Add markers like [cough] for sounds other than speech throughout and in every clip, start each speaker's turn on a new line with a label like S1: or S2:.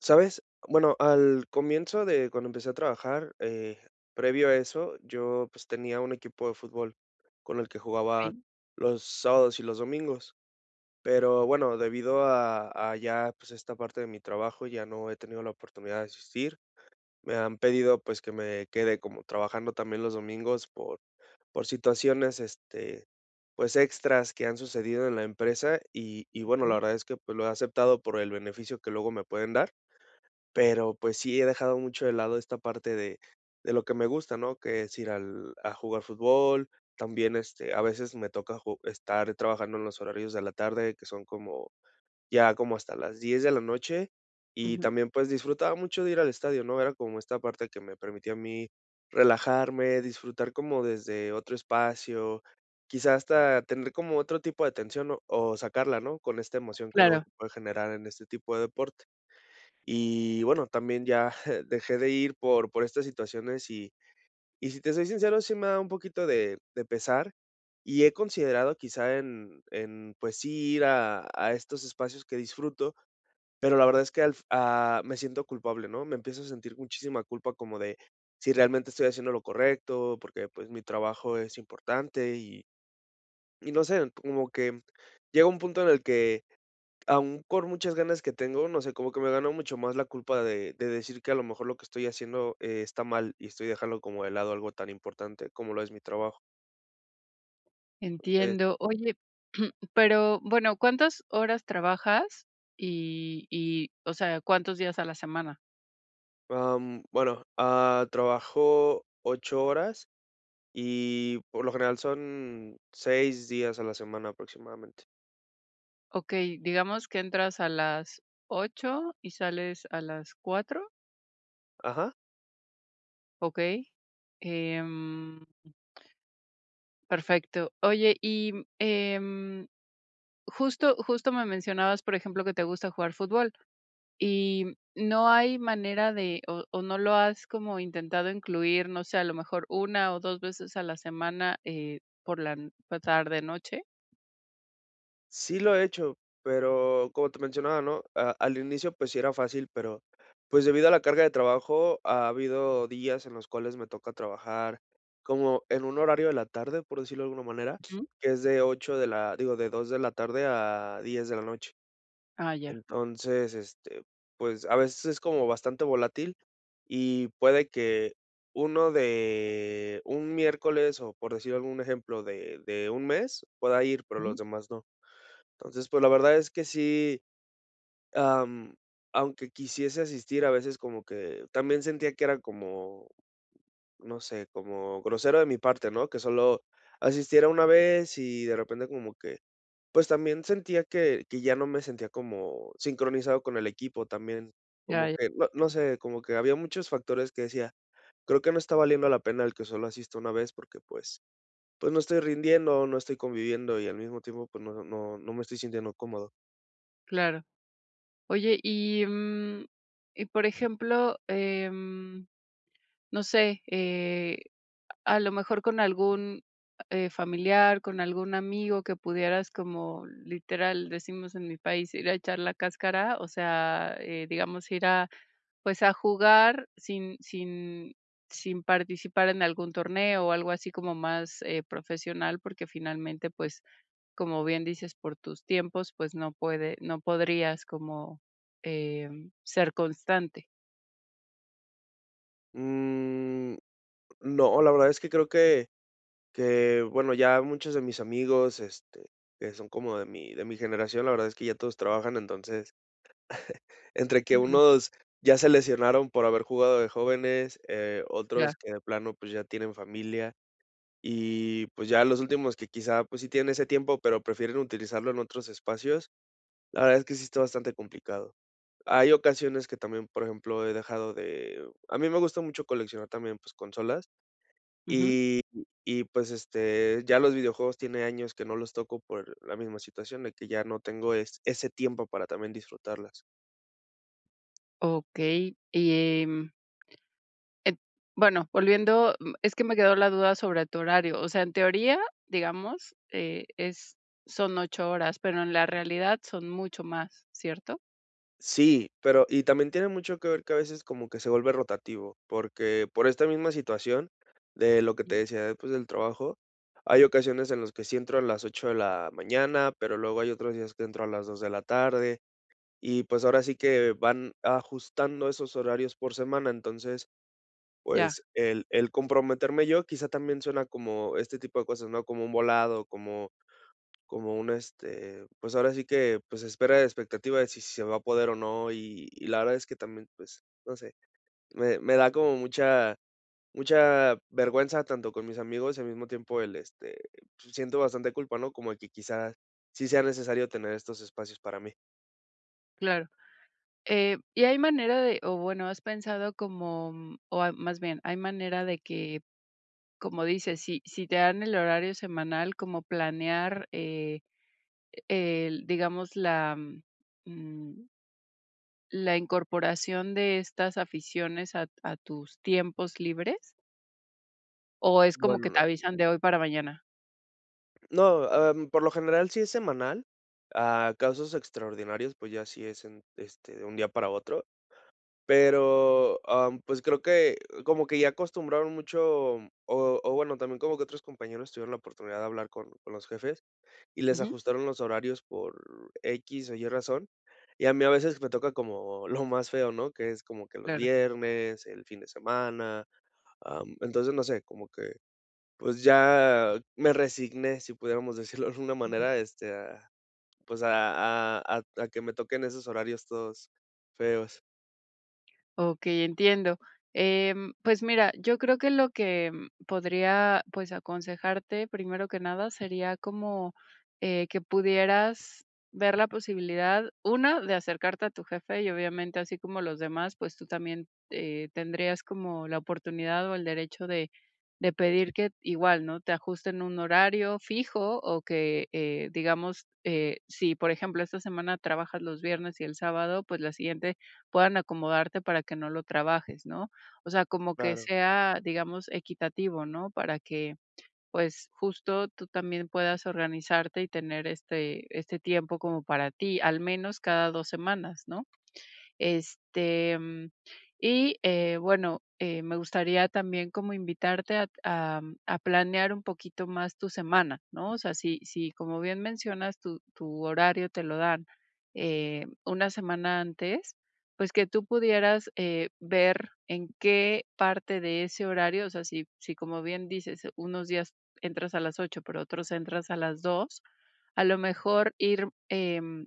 S1: ¿Sabes? Bueno, al comienzo de cuando empecé a trabajar, previo a eso, yo pues tenía un equipo de fútbol con el que jugaba
S2: Okey,
S1: los sábados y los domingos. Pero bueno, debido a ya pues esta parte de mi trabajo, ya no he tenido la oportunidad de asistir. Me han pedido pues que me quede como trabajando también los domingos por situaciones pues extras que han sucedido en la empresa y bueno, la
S2: ujú,
S1: verdad es que pues lo he aceptado por el beneficio que luego me pueden dar pero, pues sí, he dejado mucho de lado esta parte de lo que me gusta, ¿no? Que es ir al a jugar fútbol. También, a veces me toca ju estar trabajando en los horarios de la tarde, que son como ya como hasta las 10 de la noche. Y
S2: ujú,
S1: también, pues, disfrutaba mucho de ir al estadio, ¿no? Era como esta parte que me permitía a mí relajarme, disfrutar como desde otro espacio, quizás hasta tener como otro tipo de tensión o sacarla, ¿no? Con esta emoción que luego
S2: claro,
S1: se puede generar en este tipo de deporte. Y bueno, también ya [laughs] dejé de ir por estas situaciones y si te soy sincero, sí me da un poquito de pesar. Y he considerado quizá en, pues sí, ir a estos espacios que disfruto, pero la verdad es que me siento culpable, ¿no? Me empiezo a sentir muchísima culpa como de si realmente estoy haciendo lo correcto, porque, pues, mi trabajo es importante y no sé, como que llega un punto en el que aún con muchas ganas que tengo, no sé, como que me ganó mucho más la culpa de decir que a lo mejor lo que estoy haciendo, está mal y estoy dejando como de lado algo tan importante como lo es mi trabajo. Entonces,
S2: entiendo. Oye, [clears throat] pero bueno, ¿cuántas horas trabajas? Y, o sea, ¿cuántos días a la semana?
S1: bueno, trabajo 8 horas y por lo general son 6 días a la semana aproximadamente.
S2: Okey, digamos que entras a las 8 y sales a las 4,
S1: Ajá.
S2: okey, em, perfecto. Oye, y, em, justo me mencionabas, por ejemplo, que te gusta jugar fútbol. Y no hay manera de o no lo has como intentado incluir, no sé, a lo mejor una o 2 veces a la semana, por la n por tarde, noche.
S1: Sí lo he hecho, pero como te mencionaba, ¿no? Al inicio pues sí era fácil, pero pues debido a la carga de trabajo ha habido días en los cuales me toca trabajar como en un horario de la tarde, por decirlo de alguna manera,
S2: Ujú.
S1: que es de 2 de la tarde a 10 de la noche.
S2: Ah, ya.
S1: Entonces, pues a veces es como bastante volátil y puede que uno de un miércoles o por decir algún ejemplo de un mes pueda ir, pero los
S2: Ujú.
S1: demás no. Entonces, pues, la verdad es que sí, am, aunque quisiese asistir, a veces como que también sentía que era como, no sé, como grosero de mi parte, ¿no? Que solo asistiera una vez y de repente como que, pues, también sentía que ya no me sentía como sincronizado con el equipo también,
S2: Ya,
S1: como
S2: ya,
S1: que, no sé, como que había muchos factores que decía: "Creo que no está valiendo la pena el que solo asista una vez porque, pues, no estoy rindiendo, no estoy conviviendo y al mismo tiempo, pues, no me estoy sintiendo cómodo".
S2: claro. Oye, y, y por ejemplo, no sé, a lo mejor con algún, familiar, con algún amigo que pudieras como literal, decimos en mi país, ir a echar la cáscara, o sea, digamos, ir a pues a jugar sin participar en algún torneo o algo así como más, profesional, porque finalmente, pues, como bien dices, por tus tiempos, pues no podrías como, ser constante.
S1: Mm. No, la verdad es que creo que, bueno, ya muchos de mis amigos, que son como de mi generación, la verdad es que ya todos trabajan, entonces, entre que
S2: Ujú.
S1: unos ya se lesionaron por haber jugado de jóvenes,
S2: Ya.
S1: otros que de plano, pues, ya tienen familia, y, pues, ya los últimos que quizá, pues, sí tienen ese tiempo, pero prefieren utilizarlo en otros espacios, la verdad es que sí está bastante complicado. Hay ocasiones que también, por ejemplo, he dejado de a mí me gusta mucho coleccionar también, pues, consolas.
S2: Ujú.
S1: Y y pues, ya los videojuegos tiene años que no los toco por la misma situación de que ya no tengo es ese tiempo para también disfrutarlas.
S2: Okey. Y, em, et bueno, volviendo, es que me quedó la duda sobre tu horario. O sea, en teoría, digamos, es son 8 horas, pero en la realidad son mucho más, ¿cierto?
S1: Sí, pero y también tiene mucho que ver que a veces como que se vuelve rotativo, porque por esta misma situación de lo que te
S2: Ujú.
S1: decía, pues, del trabajo, hay ocasiones en los que sí entro a las 8 de la mañana, pero luego hay otros días que entro a las 2 de la tarde, y pues, ahora sí que van ajustando esos horarios por semana. Entonces,
S2: Ya.
S1: pues, el comprometerme yo, quizá también suena como este tipo de cosas, ¿no? Como un volado, como un, pues, ahora sí que, pues, espera de expectativa de si se va a poder o no, y la verdad es que también, pues, no sé, me da como mucha mucha vergüenza tanto con mis amigos y al mismo tiempo pues, siento bastante culpa, ¿no? Como que quizás sí sea necesario tener estos espacios para mí.
S2: Claro. ¿Y hay manera de o bueno, has pensado como, o a más bien, hay manera de que, como dices, si te dan el horario semanal, como planear, el, digamos, la, mm, la incorporación de estas aficiones a tus tiempos libres? ¿O es como que te
S1: Bueno.
S2: avisan de hoy para mañana?
S1: No, por lo general sí es semanal. A casos extraordinarios, pues ya sí es de un día para otro. Pero, pues creo que como que ya acostumbraron mucho, o bueno, también como que otros compañeros tuvieron la oportunidad de hablar con los jefes y les
S2: Ujú,
S1: ajustaron los horarios por X o Y razón. Y a mí a veces me toca como lo más feo, ¿no? Que es como que los
S2: claro.
S1: viernes, el fin de semana. Entonces, no sé, como que pues ya me resigné, si pudiéramos decirlo de alguna manera, a pues, a que me toquen esos horarios todos feos.
S2: Okey, entiendo. Pues mira, yo creo que lo que podría, pues, aconsejarte, primero que nada, sería como, que pudieras ver la posibilidad, una, de acercarte a tu jefe y obviamente, así como los demás, pues tú también, tendrías como la oportunidad o el derecho de pedir que igual, ¿no?, te ajusten un horario fijo o que, digamos, si, por ejemplo, esta semana trabajas los viernes y el sábado, pues la siguiente puedan acomodarte para que no lo trabajes, ¿no? O sea, como que
S1: Claro.
S2: sea, digamos, equitativo, ¿no? Para que, pues, justo tú también puedas organizarte y tener este tiempo como para ti, al menos cada 2 semanas, ¿no? Este, y bueno, me gustaría también como invitarte a, a planear un poquito más tu semana, ¿no? O sea, si como bien mencionas, tu horario te lo dan una semana antes, pues que tú pudieras ver en qué parte de ese horario, o sea, si como bien dices, unos días entras a las 8, pero otros entras a las 2, a lo mejor ir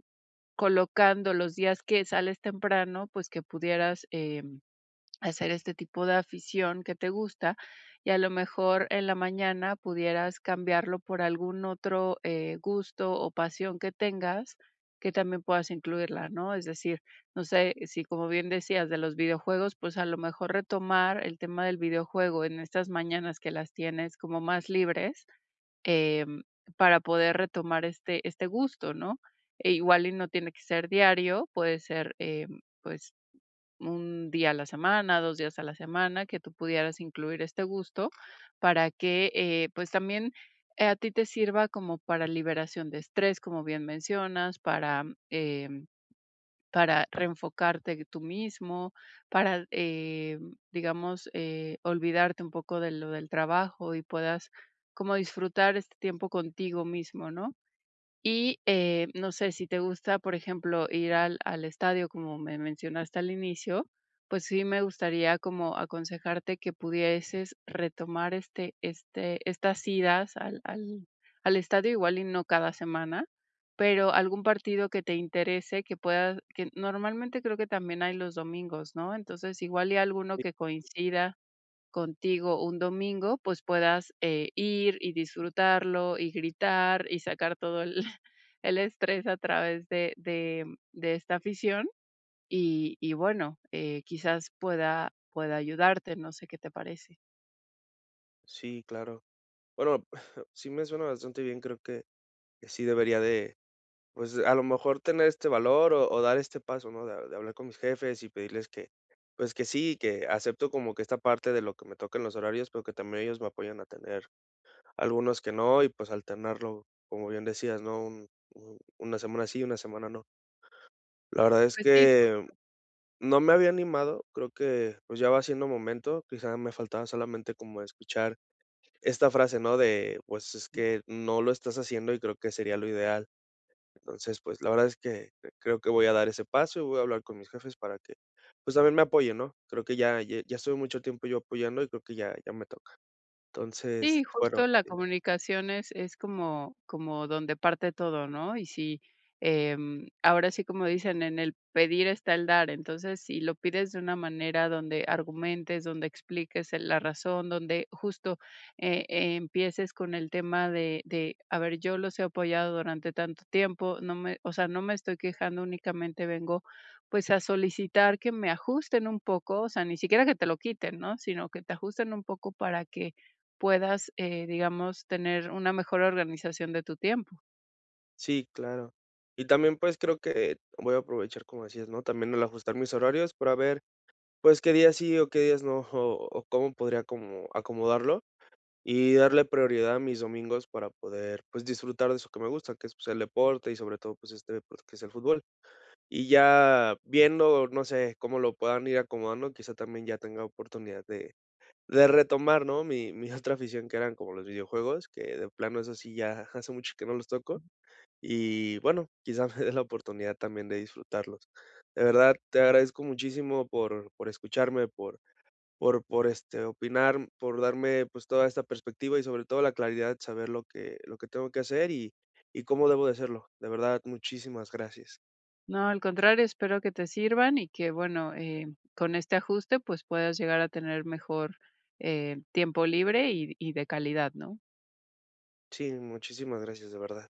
S2: colocando los días que sales temprano, pues que pudieras, hacer este tipo de afición que te gusta, y a lo mejor en la mañana pudieras cambiarlo por algún otro, gusto o pasión que tengas, que también puedas incluirla, ¿no? Es decir, no sé, si como bien decías de los videojuegos, pues a lo mejor retomar el tema del videojuego en estas mañanas que las tienes como más libres, em, para poder retomar este gusto, ¿no? E igual y no tiene que ser diario, puede ser, pues, un día a la semana, 2 días a la semana, que tú pudieras incluir este gusto para que, pues, también, a ti te sirva como para liberación de estrés, como bien mencionas, eh para reenfocarte tú mismo, para, digamos, olvidarte un poco de lo del trabajo y puedas como disfrutar este tiempo contigo mismo, ¿no? Y, no sé, si te gusta, por ejemplo, ir al al estadio, como me mencionaste al inicio, pues sí me gustaría como aconsejarte que pudieses retomar estas idas al al estadio, igual y no cada semana, pero algún partido que te interese, que normalmente creo que también hay los domingos, ¿no? Entonces, igual y alguno
S1: Sí,
S2: que coincida contigo un domingo, pues puedas, ir y disfrutarlo y gritar y sacar todo el [laughs] el estrés a través de esta afición y bueno, quizás pueda ayudarte, no sé qué te parece.
S1: sí, claro. Bueno, [laughs] sí me suena bastante bien, creo que sí debería de, pues, a lo mejor tener este valor o dar este paso, ¿no? De hablar con mis jefes y pedirles que, pues, que sí, que acepto como que esta parte de lo que me toca en los horarios, pero que también ellos me apoyan a tener algunos que no, y pues alternarlo, como bien decías, ¿no? Un una semana sí, una semana no. La verdad es
S2: Pues sí.
S1: que no me había animado, creo que, pues, ya va siendo momento, quizá me faltaba solamente como escuchar esta frase, ¿no? De, pues, es que no lo estás haciendo y creo que sería lo ideal. Entonces, pues, la verdad es que creo que voy a dar ese paso y voy a hablar con mis jefes para que, pues, también me apoyen, ¿no? Creo que ya estuve mucho tiempo yo apoyando y creo que ya me toca. Entonces,
S2: Sí,
S1: bueno.
S2: justo la comunicación es como como donde parte todo, ¿no? Y si, ahora sí, como dicen, en el pedir está el dar. Entonces, si lo pides de una manera donde argumentes, donde expliques el la razón, donde justo, empieces con el tema de, a ver, yo los he apoyado durante tanto tiempo, no me o sea, no me estoy quejando, únicamente vengo, pues, a solicitar que me ajusten un poco, o sea, ni siquiera que te lo quiten, ¿no? Sino que te ajusten un poco para que puedas, digamos, tener una mejor organización de tu tiempo.
S1: Sí, claro. Y también, pues, creo que voy a aprovechar, como decías, ¿no? También el ajustar mis horarios para ver, pues, qué días sí o qué días no, [laughs] o cómo podría como acomodarlo y darle prioridad a mis domingos para poder, pues, disfrutar de eso que me gusta, que es, pues, el deporte y sobre todo, pues, este deporte que es el fútbol. Y ya viendo, no sé, cómo lo puedan ir acomodando, quizá también ya tenga oportunidad de retomar, ¿no? Mi [laughs] otra afición que eran como los videojuegos, que de plano eso sí ya [laughs] hace mucho que no los toco. Y bueno, quizá [laughs] me dé la oportunidad también de disfrutarlos. De verdad, te agradezco muchísimo por escucharme, por, opinar, por darme pues toda esta perspectiva y sobre todo la claridad de saber lo que tengo que hacer y cómo debo de hacerlo. De verdad, muchísimas gracias.
S2: No, al contrario, espero que te sirvan y que, bueno, con este ajuste, pues puedas llegar a tener mejor, tiempo libre y de calidad, ¿no?
S1: Sí, muchísimas gracias, de verdad.